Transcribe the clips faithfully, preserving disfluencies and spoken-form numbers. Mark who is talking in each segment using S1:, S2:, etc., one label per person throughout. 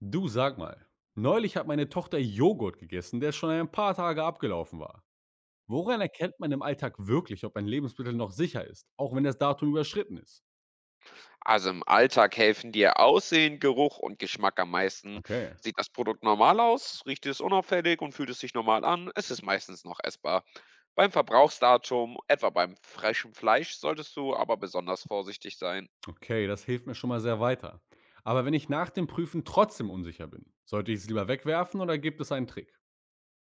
S1: Du, sag mal, neulich hat meine Tochter Joghurt gegessen, der schon ein paar Tage abgelaufen war. Woran erkennt man im Alltag wirklich, ob ein Lebensmittel noch sicher ist, auch wenn das Datum überschritten ist?
S2: Also im Alltag helfen dir Aussehen, Geruch und Geschmack am meisten.
S1: Okay.
S2: Sieht das Produkt normal aus, riecht es unauffällig und fühlt es sich normal an, es ist meistens noch essbar. Beim Verbrauchsdatum, etwa beim frischen Fleisch, solltest du aber besonders vorsichtig sein.
S1: Okay, das hilft mir schon mal sehr weiter. Aber wenn ich nach dem Prüfen trotzdem unsicher bin, sollte ich es lieber wegwerfen oder gibt es einen Trick?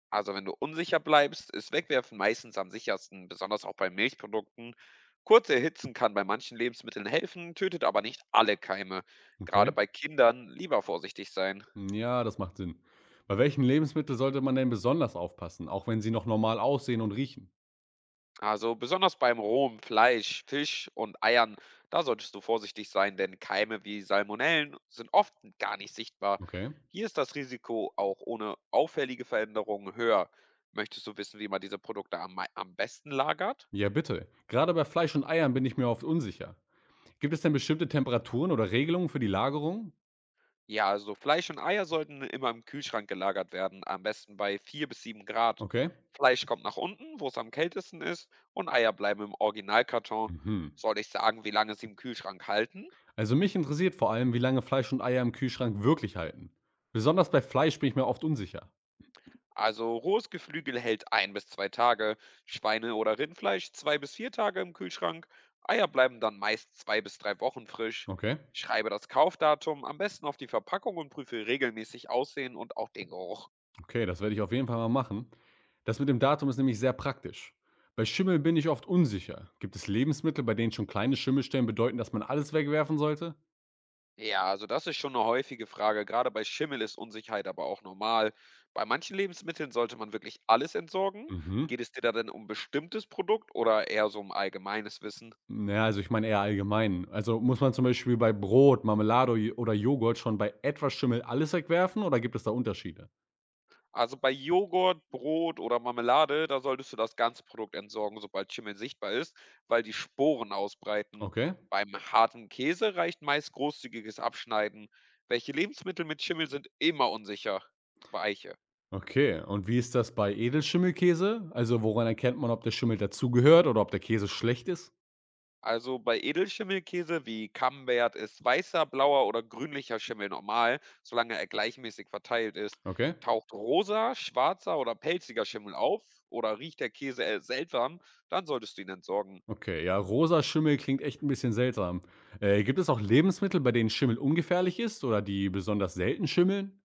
S2: Also wenn du unsicher bleibst, ist Wegwerfen meistens am sichersten, besonders auch bei Milchprodukten. Kurze Erhitzen kann bei manchen Lebensmitteln helfen, tötet aber nicht alle Keime. Gerade
S1: Okay.
S2: bei Kindern lieber vorsichtig sein.
S1: Ja, das macht Sinn. Bei welchen Lebensmitteln sollte man denn besonders aufpassen, auch wenn sie noch normal aussehen und riechen?
S2: Also besonders beim rohen Fleisch, Fisch und Eiern, da solltest du vorsichtig sein, denn Keime wie Salmonellen sind oft gar nicht sichtbar.
S1: Okay.
S2: Hier ist das Risiko auch ohne auffällige Veränderungen höher. Möchtest du wissen, wie man diese Produkte am, mei- am besten lagert?
S1: Ja, bitte. Gerade bei Fleisch und Eiern bin ich mir oft unsicher. Gibt es denn bestimmte Temperaturen oder Regelungen für die Lagerung?
S2: Ja, also Fleisch und Eier sollten immer im Kühlschrank gelagert werden, am besten bei vier bis sieben Grad.
S1: Okay.
S2: Fleisch kommt nach unten, wo es am kältesten ist, und Eier bleiben im Originalkarton.
S1: Mhm.
S2: Soll ich sagen, wie lange sie im Kühlschrank halten?
S1: Also mich interessiert vor allem, wie lange Fleisch und Eier im Kühlschrank wirklich halten. Besonders bei Fleisch bin ich mir oft unsicher.
S2: Also rohes Geflügel hält ein bis zwei Tage, Schweine- oder Rindfleisch zwei bis vier Tage im Kühlschrank, Eier bleiben dann meist zwei bis drei Wochen frisch.
S1: Okay.
S2: Schreibe das Kaufdatum am besten auf die Verpackung und prüfe regelmäßig Aussehen und auch den Geruch.
S1: Okay, das werde ich auf jeden Fall mal machen. Das mit dem Datum ist nämlich sehr praktisch. Bei Schimmel bin ich oft unsicher. Gibt es Lebensmittel, bei denen schon kleine Schimmelstellen bedeuten, dass man alles wegwerfen sollte?
S2: Ja, also das ist schon eine häufige Frage. Gerade bei Schimmel ist Unsicherheit aber auch normal. Bei manchen Lebensmitteln sollte man wirklich alles entsorgen.
S1: Mhm.
S2: Geht es dir da denn um bestimmtes Produkt oder eher so um allgemeines Wissen?
S1: Naja, also ich meine eher allgemein. Also muss man zum Beispiel bei Brot, Marmelade oder Joghurt schon bei etwas Schimmel alles wegwerfen oder gibt es da Unterschiede?
S2: Also, bei Joghurt, Brot oder Marmelade, da solltest du das ganze Produkt entsorgen, sobald Schimmel sichtbar ist, weil die Sporen ausbreiten.
S1: Okay.
S2: Beim harten Käse reicht meist großzügiges Abschneiden. Welche Lebensmittel mit Schimmel sind immer unsicher? Weiche.
S1: Okay, und wie ist das bei Edelschimmelkäse? Also, woran erkennt man, ob der Schimmel dazugehört oder ob der Käse schlecht ist?
S2: Also bei Edelschimmelkäse wie Camembert ist weißer, blauer oder grünlicher Schimmel normal, solange er gleichmäßig verteilt ist.
S1: Okay.
S2: Taucht rosa, schwarzer oder pelziger Schimmel auf oder riecht der Käse äh, seltsam, dann solltest du ihn entsorgen.
S1: Okay, ja, rosa Schimmel klingt echt ein bisschen seltsam. Äh, gibt es auch Lebensmittel, bei denen Schimmel ungefährlich ist oder die besonders selten schimmeln?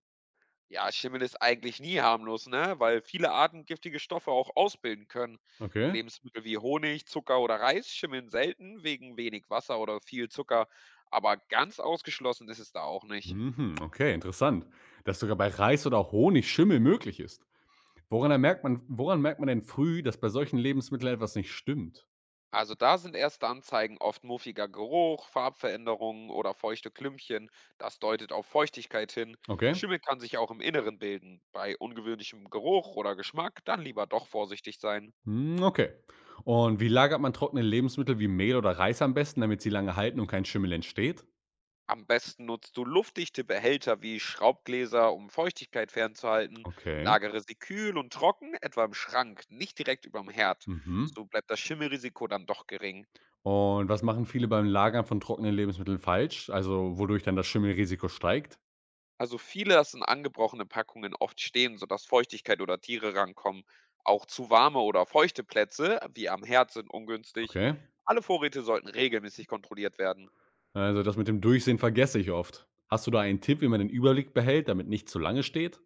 S2: Ja, Schimmel ist eigentlich nie harmlos, ne? Weil viele Arten giftige Stoffe auch ausbilden können.
S1: Okay.
S2: Lebensmittel wie Honig, Zucker oder Reis schimmeln selten wegen wenig Wasser oder viel Zucker, aber ganz ausgeschlossen ist es da auch nicht.
S1: Mhm, okay, interessant, dass sogar bei Reis oder Honig Schimmel möglich ist. Woran merkt man woran merkt man denn früh, dass bei solchen Lebensmitteln etwas nicht stimmt?
S2: Also da sind erste Anzeigen oft muffiger Geruch, Farbveränderungen oder feuchte Klümpchen. Das deutet auf Feuchtigkeit hin.
S1: Okay.
S2: Schimmel kann sich auch im Inneren bilden. Bei ungewöhnlichem Geruch oder Geschmack dann lieber doch vorsichtig sein.
S1: Hm, okay. Und wie lagert man trockene Lebensmittel wie Mehl oder Reis am besten, damit sie lange halten und kein Schimmel entsteht?
S2: Am besten nutzt du luftdichte Behälter wie Schraubgläser, um Feuchtigkeit fernzuhalten.
S1: Okay.
S2: Lagere sie kühl und trocken, etwa im Schrank, nicht direkt überm Herd.
S1: Mhm.
S2: So bleibt das Schimmelrisiko dann doch gering.
S1: Und was machen viele beim Lagern von trockenen Lebensmitteln falsch? Also, wodurch dann das Schimmelrisiko steigt?
S2: Also viele lassen angebrochene Packungen oft stehen, sodass Feuchtigkeit oder Tiere rankommen. Auch zu warme oder feuchte Plätze, wie am Herd, sind ungünstig.
S1: Okay.
S2: Alle Vorräte sollten regelmäßig kontrolliert werden.
S1: Also, das mit dem Durchsehen vergesse ich oft. Hast du da einen Tipp, wie man den Überblick behält, damit nichts zu lange steht?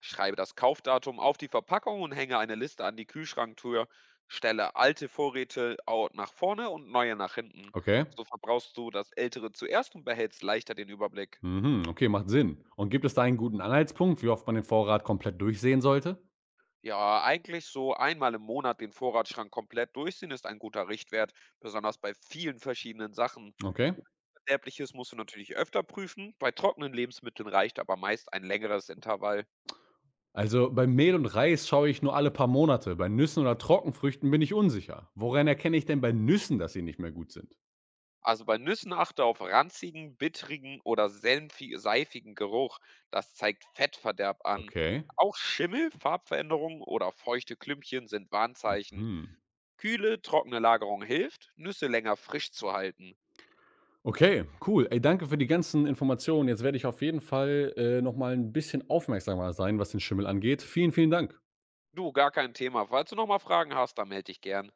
S2: Schreibe das Kaufdatum auf die Verpackung und hänge eine Liste an die Kühlschranktür. Stelle alte Vorräte au- nach vorne und neue nach hinten.
S1: Okay.
S2: So verbrauchst du das Ältere zuerst und behältst leichter den Überblick.
S1: Mhm, okay, macht Sinn. Und gibt es da einen guten Anhaltspunkt, wie oft man den Vorrat komplett durchsehen sollte?
S2: Ja, eigentlich so einmal im Monat den Vorratsschrank komplett durchsehen ist ein guter Richtwert, besonders bei vielen verschiedenen Sachen.
S1: Okay.
S2: Verderbliches musst du natürlich öfter prüfen. Bei trockenen Lebensmitteln reicht aber meist ein längeres Intervall.
S1: Also bei Mehl und Reis schaue ich nur alle paar Monate. Bei Nüssen oder Trockenfrüchten bin ich unsicher. Woran erkenne ich denn bei Nüssen, dass sie nicht mehr gut sind?
S2: Also bei Nüssen achte auf ranzigen, bittrigen oder senfi- seifigen Geruch. Das zeigt Fettverderb an.
S1: Okay.
S2: Auch Schimmel, Farbveränderungen oder feuchte Klümpchen sind Warnzeichen.
S1: Hm.
S2: Kühle, trockene Lagerung hilft, Nüsse länger frisch zu halten.
S1: Okay, cool. Ey, danke für die ganzen Informationen. Jetzt werde ich auf jeden Fall äh, nochmal ein bisschen aufmerksamer sein, was den Schimmel angeht. Vielen, vielen Dank.
S2: Du, gar kein Thema. Falls du nochmal Fragen hast, dann melde dich gern.